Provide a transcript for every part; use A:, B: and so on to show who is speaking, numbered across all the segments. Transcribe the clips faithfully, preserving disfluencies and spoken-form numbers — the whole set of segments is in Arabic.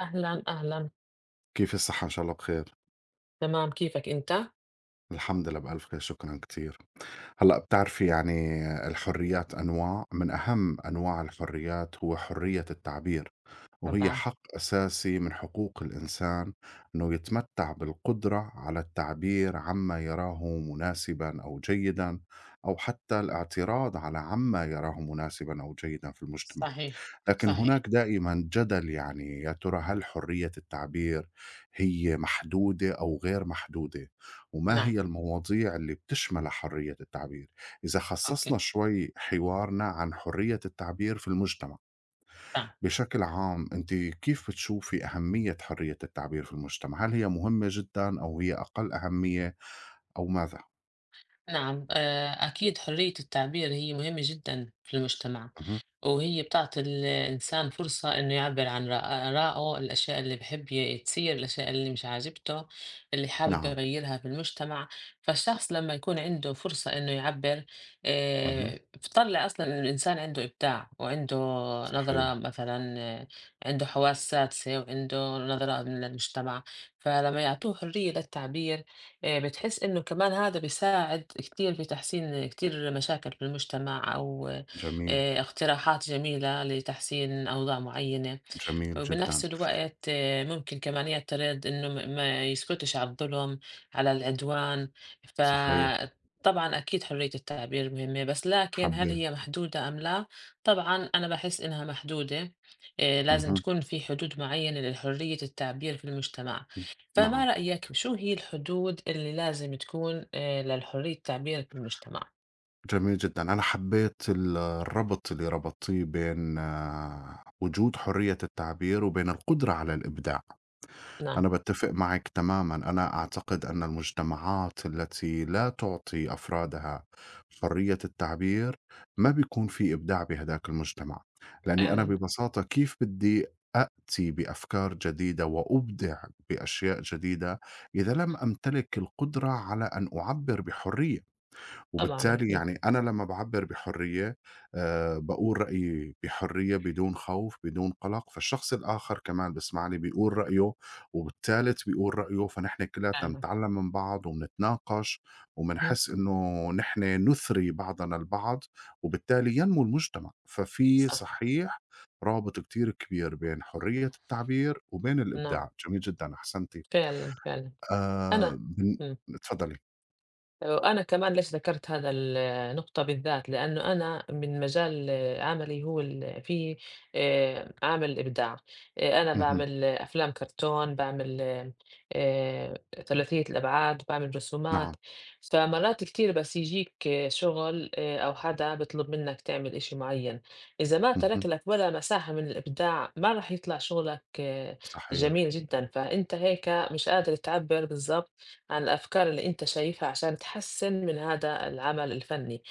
A: أهلًا، أهلًا،
B: كيف الصحة؟ إن شاء الله بخير.
A: تمام كيفك أنت؟
B: الحمد لله بألف خير، شكرًا كتير. هلأ بتعرفي يعني الحريات أنواع، من أهم أنواع الحريات هو حرية التعبير، وهي
A: طبعًا،
B: حق أساسي من حقوق الإنسان إنه يتمتع بالقدرة على التعبير عما يراه مناسبًا أو جيدًا، أو حتى الاعتراض على عما يراه مناسبًا أو جيدًا في المجتمع.
A: صحيح،
B: لكن
A: صحيح،
B: هناك دائمًا جدل يعني يا ترى هل حرية التعبير هي محدودة أو غير محدودة؟ وما
A: نعم،
B: هي المواضيع اللي بتشمل حرية التعبير؟ إذا خصصنا
A: أوكي،
B: شوي حوارنا عن حرية التعبير في المجتمع
A: تمام.
B: بشكل عام، أنتِ كيف بتشوفي أهمية حرية التعبير في المجتمع؟ هل هي مهمة جدًا أو هي أقل أهمية أو ماذا؟
A: نعم آه، أكيد حرية التعبير هي مهمة جدا في المجتمع
B: اهم،
A: وهي بتعطي الإنسان فرصة إنه يعبر عن رأ- آرائه الأشياء اللي بحب ي- تصير الأشياء اللي مش عاجبته اللي حابب
B: نعم،
A: يغيرها في المجتمع فالشخص لما يكون عنده فرصة إنه يعبر
B: اهم،
A: آه، بتطلع أصلا إن الإنسان عنده إبداع وعنده
B: صحيح،
A: نظرة مثلا آه، عنده حواس سادسة وعنده نظرة من المجتمع فلما يعطوه حرية للتعبير آآ بتحس إنه كمان هذا بيساعد كتير في تحسين كتير مشاكل في المجتمع أو
B: جميل،
A: آآ اقتراحات جميلة لتحسين أوضاع معيّنة،
B: جميل جدًا،
A: وبنفس الوقت آه، ممكن كمان يعترض إنه م ما يسكتش على الظلم، على العدوان،
B: صحيح،
A: فطبعًا أكيد حرية التعبير مهمة، بس لكن هل
B: حبّيت،
A: هي محدودة أم لا؟ طبعًا أنا باحس إنها محدودة، آآ لازم
B: اهم،
A: تكون في حدود معيّنة لحرية التعبير في المجتمع. فما
B: نعم.
A: رأيك شو هي الحدود اللي لازم تكون آه، للحرية التعبير في المجتمع؟
B: جميل جدًا. أنا حبيت ال الربط اللي ربطتيه بين آه، وجود حرية التعبير وبين القدرة على الإبداع.
A: نعم
B: أنا باتفق معِك تمامًا. أنا أعتقد أن المجتمعات التي لا تعطي أفرادها حرية التعبير، ما بيكون في إبداع بهداك المجتمع. لأني أنا
A: فعلا
B: ببساطة كيف بدي أأتي بأفكار جديدة وأُبدع بأشياء جديدة إذا لم أمتلك القدرة على أن أعبّر بحرية؟
A: طبعا
B: وبالتالي
A: أكيد
B: يعني أنا لمّا باعبّر بحرية آآ باقول رأيي بحرية بدون خوف، بدون قلق، فالشخص الآخر كمان بيسمعني بيقول رأيه، والتالت بيقول رأيه، فنحن كلّياتنا
A: فعلا
B: بنتعلّم من بعض وبنتناقش
A: مهم.
B: وبنحس إنه نحن نُثري بعضنا البعض، وبالتالي ينمو المجتمع، ففي
A: صح
B: صحيح رابط كتير كبير بين حرية التعبير وبين
A: نعم
B: الإبداع. جميل جدًا، أحسنتِ.
A: فعلا فعلا
B: آآ
A: أنا
B: بن
A: مم.
B: اتفضّلي.
A: وأنا كمان ليش ذكرت هذا ال- النقطة بالذات لأنه أنا من مجال عملي هو ال- في آه، عامل إبداع آه، أنا
B: اهم،
A: بعمل أفلام كرتون بعمل آه، آه، ثلاثية الأبعاد بعمل
B: نعم،
A: رسومات فمرات كتير بس يجيك آه، شغل آه، أو حدا بيطلب منك تعمل إشي معين إذا ما
B: اهم،
A: ترك لك ولا مساحة من الإبداع ما راح يطلع شغلك آه،
B: صحيح.
A: جميل جدا فأنت هيك مش قادر تعبر بالظبط عن الأفكار اللي أنت شايفها عشان تحسّن من هذا العمل الفني،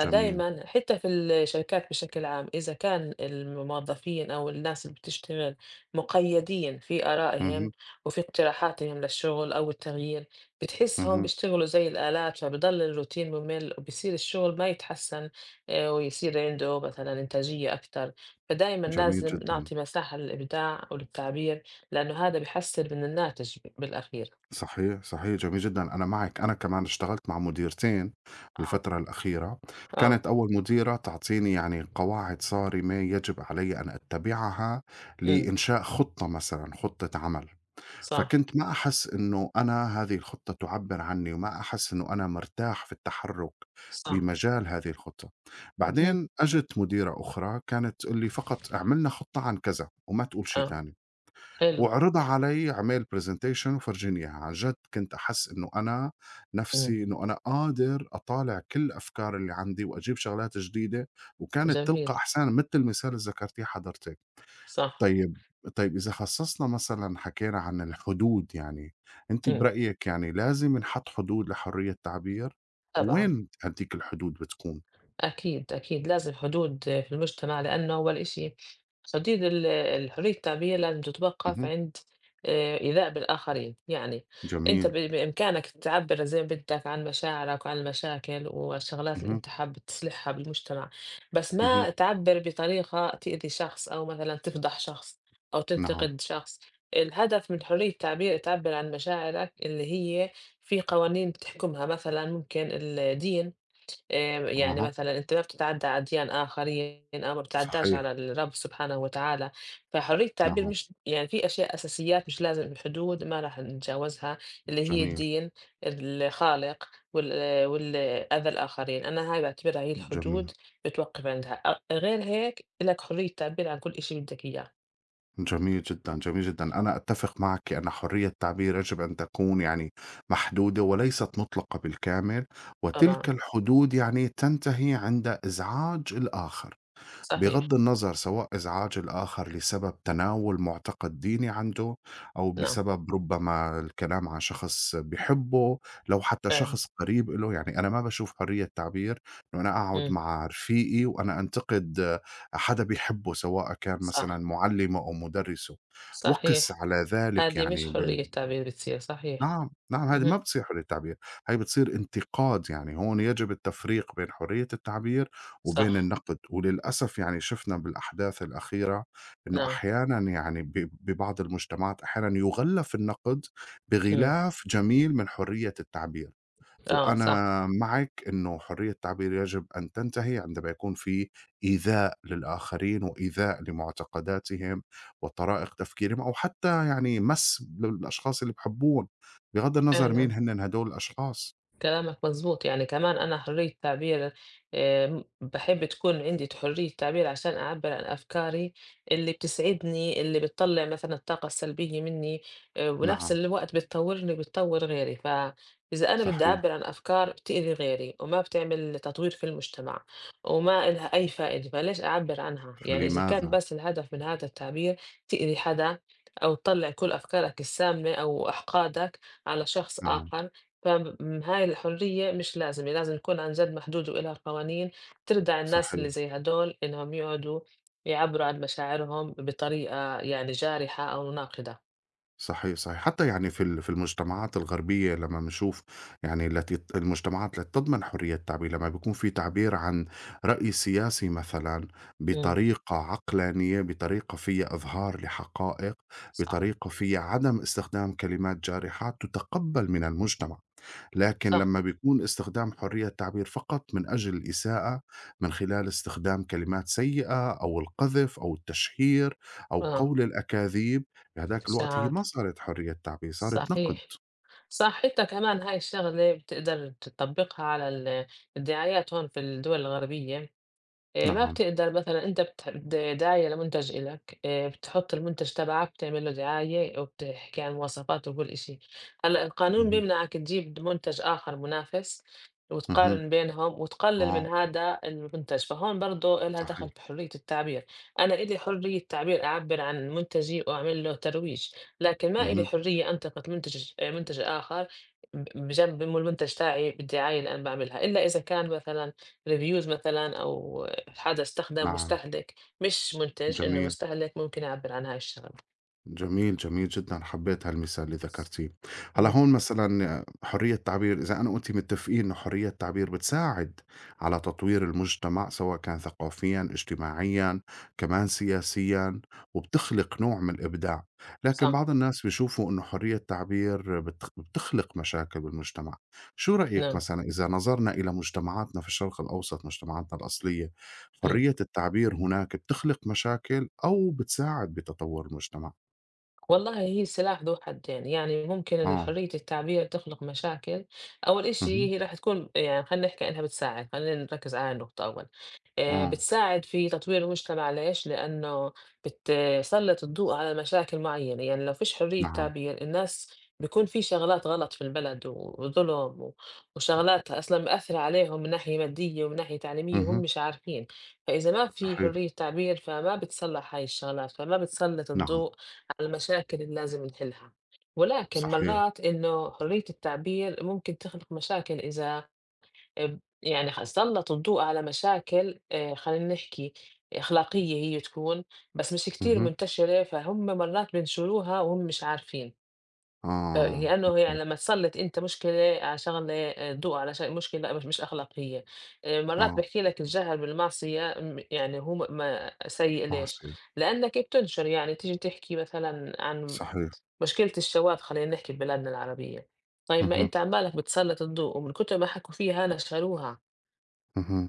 B: جميل.
A: حتى في الشركات بشكل عام، إذا كان الموظفين أو الناس اللي بتشتغل مقيّدين في آرائهم
B: اهم،
A: وفي اقتراحاتهم للشغل أو التغيير، بتحسّهم
B: اهم،
A: بيشتغلوا زي الآلات، فبيضل الروتين ممل وبيصير الشغل ما يتحسّن آآ، ويصير عنده مثلًا إنتاجية أكتر، فدايمًا
B: جميل
A: لازم
B: جدًا.
A: نعطي مساحة للإبداع والتعبير، لأنه هذا بيحسّن من الناتج بالأخير.
B: صحيح، صحيح، جميل جدًا، أنا معِك، أنا كمان اشتغلت مع مديرتين
A: آه.
B: بالفترة الأخيرة،
A: آه،
B: كانت أول مديرة تعطيني يعني قواعد صارمة يجب علي أن أتبعها
A: إمم،
B: لإنشاء خطة مثلًا، خطة عمل،
A: صح،
B: فكنت ما أحس إنه أنا هذه الخطة تعبّر عني وما أحس إنه أنا مرتاح في التحرُّك
A: صح،
B: بمجال هذه الخطة.
A: اهم،
B: بعدين أجت مديرة أخرى كانت تقول لي: "فقط اعمل لنا خطة عن كذا وما تقول شي
A: آه،
B: تاني."
A: حلو،
B: وعرضها علي عمل presentation وفرجيني إياها، عن جد كنت أحس إنه أنا
A: إمم،
B: نفسي إنه أنا قادر أطالع كل الأفكار اللي عندي وأجيب شغلات جديدة، وكانت تلقى
A: جميل،
B: أحسان متل المثال اللي ذكرتيه حضرتِك.
A: صح،
B: طيب طيب، إذا خصصنا مثلًا حكينا عن الحدود يعني، أنتِ
A: إمم،
B: برأيِك يعني لازم ينحط حدود لحرية التعبير؟
A: طبعًا.
B: وين هديك الحدود بتكون؟
A: أكيد، أكيد لازم حدود في المجتمع، لأنه أول شي حدود ال الحرية التعبير لازم تتوقف
B: اهم،
A: عند آآ إيذاء بالآخرين، يعني أنت
B: جميل،
A: ب بإمكانك تعبّر زي ما بدّك عن مشاعرك وعن المشاكل والشغلات اللي
B: اهم،
A: أنت حابب تصلحها بالمجتمع، بس
B: اهم،
A: ما تعبّر بطريقة تأذي شخص أو مثلًا تفضح شخص أو
B: نعم،
A: تنتقد شخص، الهدف من حرية التعبير تعبّر عن مشاعرك اللي هي في قوانين بتحكمها مثلًا ممكن الدين. آآ يعني
B: أها،
A: مثلًا أنت ما بتتعدّى على أديان آخرين أو ما بتتعدّاش
B: صحيح،
A: على الرب سبحانه وتعالى، فحرية التعبير
B: نعم،
A: مش يعني في أشياء أساسيات مش لازم حدود ما راح نتجاوزها اللي هي
B: جميل،
A: الدين، الخالق، وال وال أذى الآخرين، أنا هاي باعتبرها هي
B: جميل.
A: الحدود بتوقّف عندها، أ غير هيك إلك حرية التعبير عن كل إشي بدك إياه،
B: جميل جدًا، جميل جدًا. أنا أتّفق معكِ أن حرية التعبير يجب أن تكون يعني محدودة وليست مطلقة بالكامل، وتلك
A: طبعًا
B: الحدود يعني تنتهي عند إزعاج الآخر.
A: صحيح،
B: بغض النظر سواء إزعاج الآخر لسبب تناول معتقد ديني عنده أو
A: نعم
B: بسبب ربما الكلام عن شخص بيحبه لو حتى
A: فعلًا،
B: شخص قريب له، يعني أنا ما بشوف حرية تعبير إنه أنا أقعد
A: إمم،
B: مع رفيقي وأنا أنتقد آه، حدا بيحبه سواء كان مثلا
A: صح،
B: معلمه أو مدرسه وقس
A: صحيح،
B: على ذلك
A: هذه مش
B: يعني.
A: حرية تعبير بتصير، صحيح،
B: نعم، نعم، هذه ما
A: اهم،
B: بتصير حرية تعبير، هي بتصير انتقاد، يعني هون يجب التفريق بين حرية التعبير وبين
A: صح،
B: النقد، وللأسف يعني شفنا بالأحداث الأخيرة إنه
A: نعم،
B: أحيانًا يعني ب ببعض المجتمعات أحيانًا يُغلَّف النقد
A: إمم.
B: بغلاف جميل من حرية التعبير.
A: آه
B: وأنا
A: صح
B: معاك إنه حرية التعبير يجب أن تنتهي عندما يكون في إيذاء للآخرين وإيذاء لمعتقداتهم وطرائق تفكيرهم أو حتى يعني مس للأشخاص اللي بحبون بغض النظر مين
A: فعلًا.
B: هن هدول الأشخاص.
A: كلامك مظبوط، يعني كمان أنا حرية تعبير آمم، باحب تكون عندي حرية تعبير عشان أعبّر عن أفكاري اللي بتسعدني، اللي بتطلّع مثلًا الطاقة السلبية منّي، آآ، وبنفس
B: نعم،
A: الوقت بتطوّرني وبتطوّر غيري، فإذا أنا بدّي
B: صحيح،
A: أعبّر عن أفكار بتأذي غيري وما بتعمل تطوير في المجتمع وما إلها أي فائدة، فليش أعبّر عنها؟ يعني إذا كان
B: فلماذا؟
A: بس الهدف من هذا التعبير تأذي حدا أو تطلّع كل أفكارك السامة أو أحقادك على شخص
B: نعم،
A: آخر فهاي الحرية مش لازمة، لازم تكون عن جد محدودة وإلها قوانين تردع الناس اللي
B: صحيح.
A: زي هدول إنهم يقعدوا يعبّروا عن مشاعرهم بطريقة يعني جارحة أو ناقدة.
B: صحيح، صحيح. حتى يعني في ال في المجتمعات الغربية لمّا بنشوف يعني التي المجتمعات التي تضمن حرية التعبير، لمّا بيكون في تعبير عن رأي سياسي مثلًا
A: إمم،
B: بطريقة عقلانية، بطريقة فيها إظهار لحقائق،
A: صح،
B: بطريقة فيها عدم استخدام كلمات جارحة، تُتقبَّل من المجتمع. لكن
A: صح،
B: لمّا بيكون استخدام حرية التعبير فقط من أجل الإساءة من خلال استخدام كلمات سيئة أو القذف أو التشهير أو
A: آه،
B: قول الأكاذيب، بهداك الوقت هي
A: إشاعات،
B: ما صارت حرية تعبير، صارت نقد.
A: صحيح، صح حتى كمان هاي الشغلة بتقدر تطبّقها على ال الدعايات هون في الدول الغربية. آآ ما
B: نعم.
A: بتقدر مثلًا أنت بت د داعية لمنتج إلك، آآ بتحُط المنتج تبعك بتعمل له دعاية وبتحكي عن مواصفاته وكل إشي، هلأ القانون
B: اهم.
A: بيمنعك تجيب منتج آخر منافس
B: اهم.
A: وتقارن بينهم وتقلل من
B: آه،
A: هذا المنتج، فهون برضه إلها
B: صحيح.
A: دخل في حرية التعبير، أنا إلي حرية تعبير أعبّر عن منتجي وأعمل له ترويج، لكن ما إلي
B: اهم.
A: حرية أنتقد منتج آآ منتج آخر ب بجنب المنتج تاعي بالدعاية اللي أنا باعملها، إلا إذا كان مثلًا reviews مثلًا أو هذا استخدم
B: نعم،
A: مستهلك مش منتج، إنه
B: جميل.
A: مستهلك ممكن يعبّر عن هاي الشغلة.
B: جميل، جميل جدًا، حبيت هالمثال اللي ذكرتيه. هلأ
A: اهم،
B: هون مثلًا حرية التعبير، إذا أنا وأنتِ متفقين إنه حرية التعبير بتساعد على تطوير المجتمع سواء كان ثقافيًا، اجتماعيًا، كمان سياسيًا، وبتخلق نوع من الإبداع، لكن
A: صح،
B: بعض الناس بيشوفوا إنه حرية التعبير بت بتخلق مشاكل بالمجتمع. شو رأيك
A: نعم،
B: مثلًا إذا نظرنا إلى مجتمعاتنا في الشرق الأوسط، مجتمعاتنا الأصلية،
A: إمم.
B: حرية التعبير هناك بتخلق مشاكل أو بتساعد بتطور المجتمع؟
A: والله هي سلاح ذو حدين يعني يعني ممكن إن
B: آه،
A: حرية التعبير تخلق مشاكل أول
B: اهم،
A: إشي هي راح تكون يعني خلينا نحكي إنها بتساعد خلينا نركز على النقطة أول آه،
B: آه،
A: بتساعد في تطوير المجتمع ليش لأنه بتسلط الضوء على مشاكل معينة يعني لو فيش حرية
B: نعم،
A: تعبير الناس بيكون في شغلات غلط في البلد و- وظلم و- وشغلات أصلا مأثرة عليهم من ناحية مادية ومن ناحية تعليمية وهم
B: اهم،
A: مش عارفين فإذا ما في
B: صحيح،
A: حرية تعبير فما بتصلح هاي الشغلات فما بتسلط
B: نعم،
A: الضوء المشاكل اللي لازم نحلها ولكن
B: صحيح،
A: مرات إنه حرية التعبير ممكن تخلق مشاكل إذا اب- يعني خ- سلط الضوء على مشاكل آه، خلينا نحكي أخلاقية هي تكون بس مش كتير
B: اهم،
A: منتشرة فهم مرات بينشروها وهم مش عارفين ف-
B: آه،
A: لأنه
B: أوكي،
A: هي لما تسلط أنت مشكلة على شغلة آه، ضوء على شغلة مشكلة مش مش أخلاقية آه، مرات
B: آه،
A: بحكي لك الجهل بالمعصية م- يعني هو م- ما سيء ليش؟
B: معصية،
A: لأنك بتنشر يعني تيجي تحكي مثلا عن
B: صحيح،
A: مشكلة الشباب خلّينا نحكي ببلادنا العربية، طيب ما
B: اهم،
A: أنت عمّالك بتسلّط الضوء ومن كتر ما حكوا فيها نشروها،
B: اهم،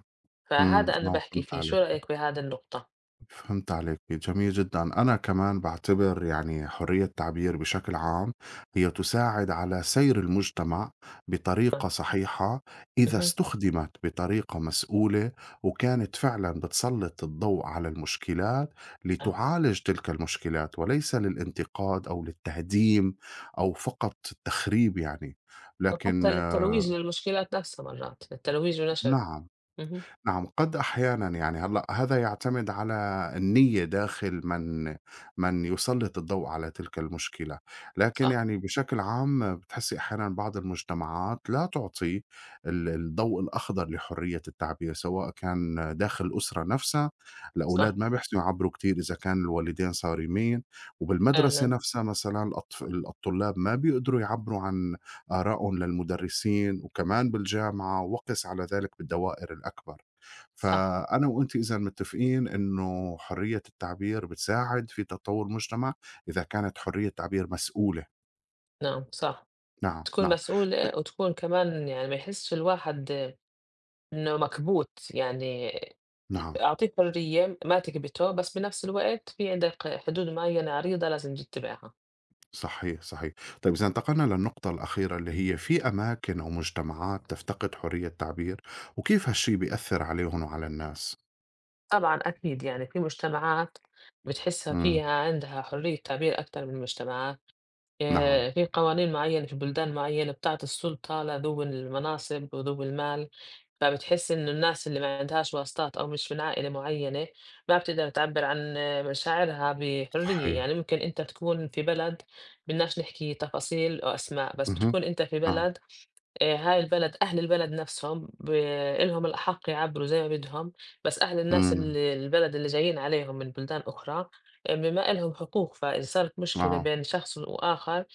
B: إمم،
A: فهذا أنا
B: آه،
A: باحكي
B: فهمت
A: فيه، شو
B: عليك.
A: رأيك بهذا النقطة؟
B: فهمت عليكِ، جميل جدًا. أنا كمان باعتبر يعني حرية التعبير بشكل عام هي تساعد على سير المجتمع بطريقة صحيحة إذا
A: اهم،
B: استُخدمت بطريقة مسؤولة، وكانت فعلًا بتسلّط الضوء على المشكلات
A: صح،
B: لتعالج تلك المشكلات، وليس للانتقاد أو للتهديم أو فقط التخريب يعني. لكن
A: وحتى
B: آه،
A: للترويج للمشكلات نفسها مرات، للترويج ونشر،
B: نعم.
A: اهم،
B: نعم، قد أحيانًا يعني هلأ هذا يعتمد على النية داخل من من يسلّط الضوء على تلك المشكلة، لكن
A: صح،
B: يعني بشكل عام بتحسّي أحيانًا بعض المجتمعات لا تعطي ال الضوء الأخضر لحرية التعبير، سواء كان داخل الأسرة نفسها، الأولاد
A: صح،
B: ما بيحسنوا يعبّروا كتير إذا كان الوالدين صارمين، وبالمدرسة
A: فعلًا،
B: نفسها مثلًا الأطف الطلاب ما بيقدروا يعبّروا عن آرائهم للمدرسين، وكمان بالجامعة وقِس على ذلك بالدوائر الأكبر.
A: صح،
B: فأنا وأنتِ إذًا متّفقين إنه حرية التعبير بتساعد في تطوّر المجتمع، إذا كانت حرية التعبير مسؤولة،
A: نعم، صح،
B: نعم،
A: تكون
B: نعم،
A: مسؤولة
B: طيب،
A: وتكون كمان يعني ما يحسش الواحد إنه مكبوت، يعني
B: نعم،
A: أعطيه حرية ما تكبته، بس بنفس الوقت في عندك حدود معيّنة عريضة لازم تتبعها.
B: صحيح، صحيح. طيب، إذا انتقلنا للنقطة الأخيرة اللي هي في أماكن أو مجتمعات تفتقد حرية التعبير، وكيف هالشي بيأثّر عليهم وعلى الناس؟
A: طبعًا أكيد، يعني في مجتمعات بتحسّها
B: إمم،
A: فيها عندها حرية تعبير أكتر من مجتمعات،
B: نعم،
A: آآ في قوانين معيّنة في بلدان معيّنة بتعطي السُلطة لذوي المناصب وذوي المال، فبتحس إنه الناس اللي ما عندهاش واسطات أو مش من عائلة معيّنة ما بتقدر تعبّر عن آه، مشاعرها بحرية،
B: صحيح،
A: يعني ممكن أنت تكون في بلد بدناش نحكي تفاصيل أو أسماء، بس
B: اهم،
A: بتكون أنت في
B: نعم،
A: بلد آآ هاي البلد أهل البلد نَفْسهم ب إلهم الأحق يعبّروا زي ما بدهم، بس أهل الناس
B: إمم،
A: ال البلد اللي جايين عليهم من بلدان أخرى، آه، بما إلهم حقوق، فإن صارت مشكلة
B: آه،
A: بين شخص وآخر،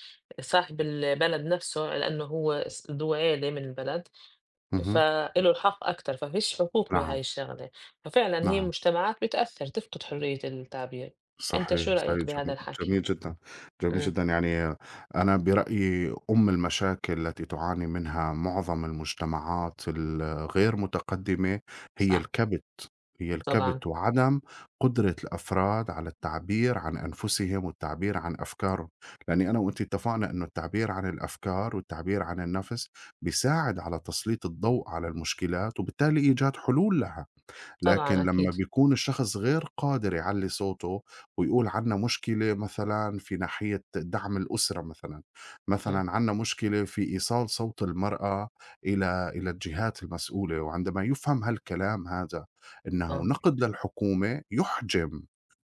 A: صاحب البلد نَفْسه لإنه هو س ذو عيلة من البلد،
B: اهم،
A: فإله الحق أكتر، ففيش حقوق بهاي
B: نعم،
A: الشغلة، ففعلًا هي
B: نعم.
A: المجتمعات بتأثّر، تفقد حرية التعبير. أنت شو
B: صحيح، صحيح
A: رأيك بهذا
B: جم
A: الحكي؟
B: جميل جدًا، جميل
A: إمم،
B: جدًا، يعني أنا برأيي أُم المشاكل التي تعاني منها معظم المجتمعات الغير متقدمة هي
A: صح،
B: الكبت، هي
A: طبعًا،
B: الكبت وعدم قدرة الأفراد على التعبير عن أنفسهم والتعبير عن أفكارهم، لأني أنا وأنتِ اتفقنا إنه التعبير عن الأفكار والتعبير عن النَفْس بيساعد على تسليط الضوء على المشكلات وبالتالي إيجاد حلول لها. لكن
A: طبعًا
B: لمّا
A: أكيد،
B: بيكون الشخص غير قادر يعلّي صوته ويقول عندنا مشكلة مثلًا في ناحية دعم الأسرة مثلًا،
A: إمم،
B: مثلًا عندنا مشكلة في إيصال صوت المرأة إلى إلى الجهات المسؤولة، وعندما يُفهم هالكلام هذا إنه
A: آه،
B: نقد للحكومة، يُحجم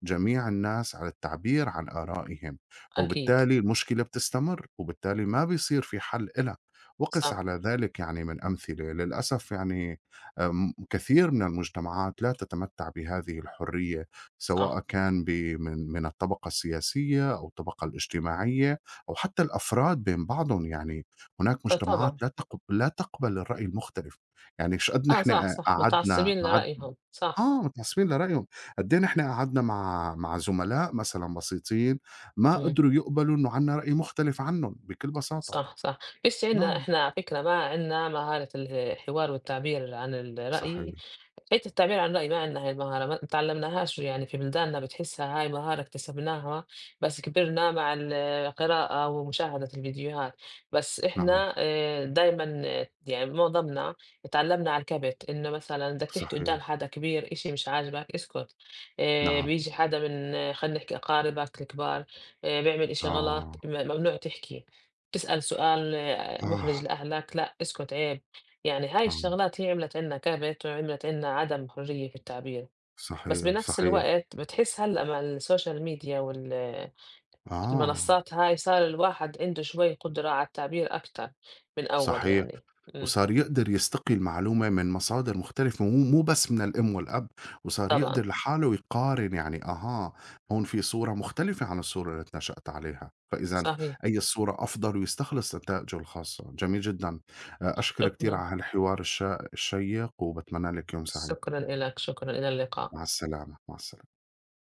B: جميع الناس على التعبير عن آرائهم،
A: أكيد،
B: وبالتالي المشكلة بتستمر، وبالتالي ما بيصير في حل إلها، وقِس
A: صح،
B: على ذلك يعني من أمثلة للأسف يعني أم، كثير من المجتمعات لا تتمتع بهذه الحرية سواء
A: صح.
B: كان ب- من من الطبقة السياسية أو الطبقة الاجتماعية أو حتى الأفراد بين بعضهم، يعني هناك
A: آه
B: مجتمعات
A: طبعًا،
B: لا تقبل, لا تقبل الرأي المختلف، يعني شو قد
A: آه صح،
B: نحن
A: صح،
B: قعدنا
A: متعصبين
B: قعد
A: لرأيهم، صح،
B: اه متعصبين لرأيهم، قد ايه نحن قعدنا مع مع زملاء مثلا بسيطين ما
A: إمم،
B: قدروا يقبلوا انه عندنا رأي مختلف عنهم بكل بساطة.
A: صح، صح، بس عندنا
B: نعم،
A: إحنا على فكرة ما عندنا مهارة الحوار والتعبير عن
B: صحيح،
A: الرأي حتّة التعبير عن رأي ما عندنا هاي المهارة، ما اتعلمناهاش يعني في بلداننا بتحسّها هاي مهارة اكتسبناها بس كبرنا مع القراءة ومشاهدة الفيديوهات، بس
B: نعم،
A: إحنا آآ دايمًا يعني معظمنا اتعلمنا على الكبت، إنه مثلًا بدك تحكي
B: صحيح،
A: قدّام حدا كبير إشي مش عاجبك اسكت، آآ
B: نعم،
A: بييجي حدا من آه، خلّينا نحكي أقاربك الكبار آآ بيعمل إشي
B: آه،
A: غلط م ممنوع تحكي، بتسأل سؤال آه،
B: آه،
A: محرج لأهلك لأ اسكت عيب. يعني هاي
B: آه،
A: الشغلات هي عملت عنا كبت وعملت عنا عدم حرية في التعبير بس
B: صحيح،
A: بنفس
B: صحيح.
A: الوقت بتحس هلأ مع السوشيال ميديا والمنصات
B: آه،
A: هاي صار الواحد عنده شوي قدرة على التعبير أكتر من أول
B: صحيح.
A: يعني إمم،
B: وصار يقدر يستقي المعلومة من مصادر مختلفة، مو مو بس من الأم والأب، وصار
A: طبعًا
B: يقدر لحاله يقارن، يعني أها، هون في صورة مختلفة عن الصورة اللي اتنشأت عليها، فإذًا
A: صحيح،
B: أي الصورة أفضل ويستخلص نتائجه الخاصة. جميل جدًا. آآ، أشكرِك كتير
A: شكرًا،
B: على هالحوار الشا الشيّق وباتمنى لِك يوم سعيد.
A: شكرًا إلك، شكرًا، إلى اللقاء.
B: مع السلامة، مع السلامة.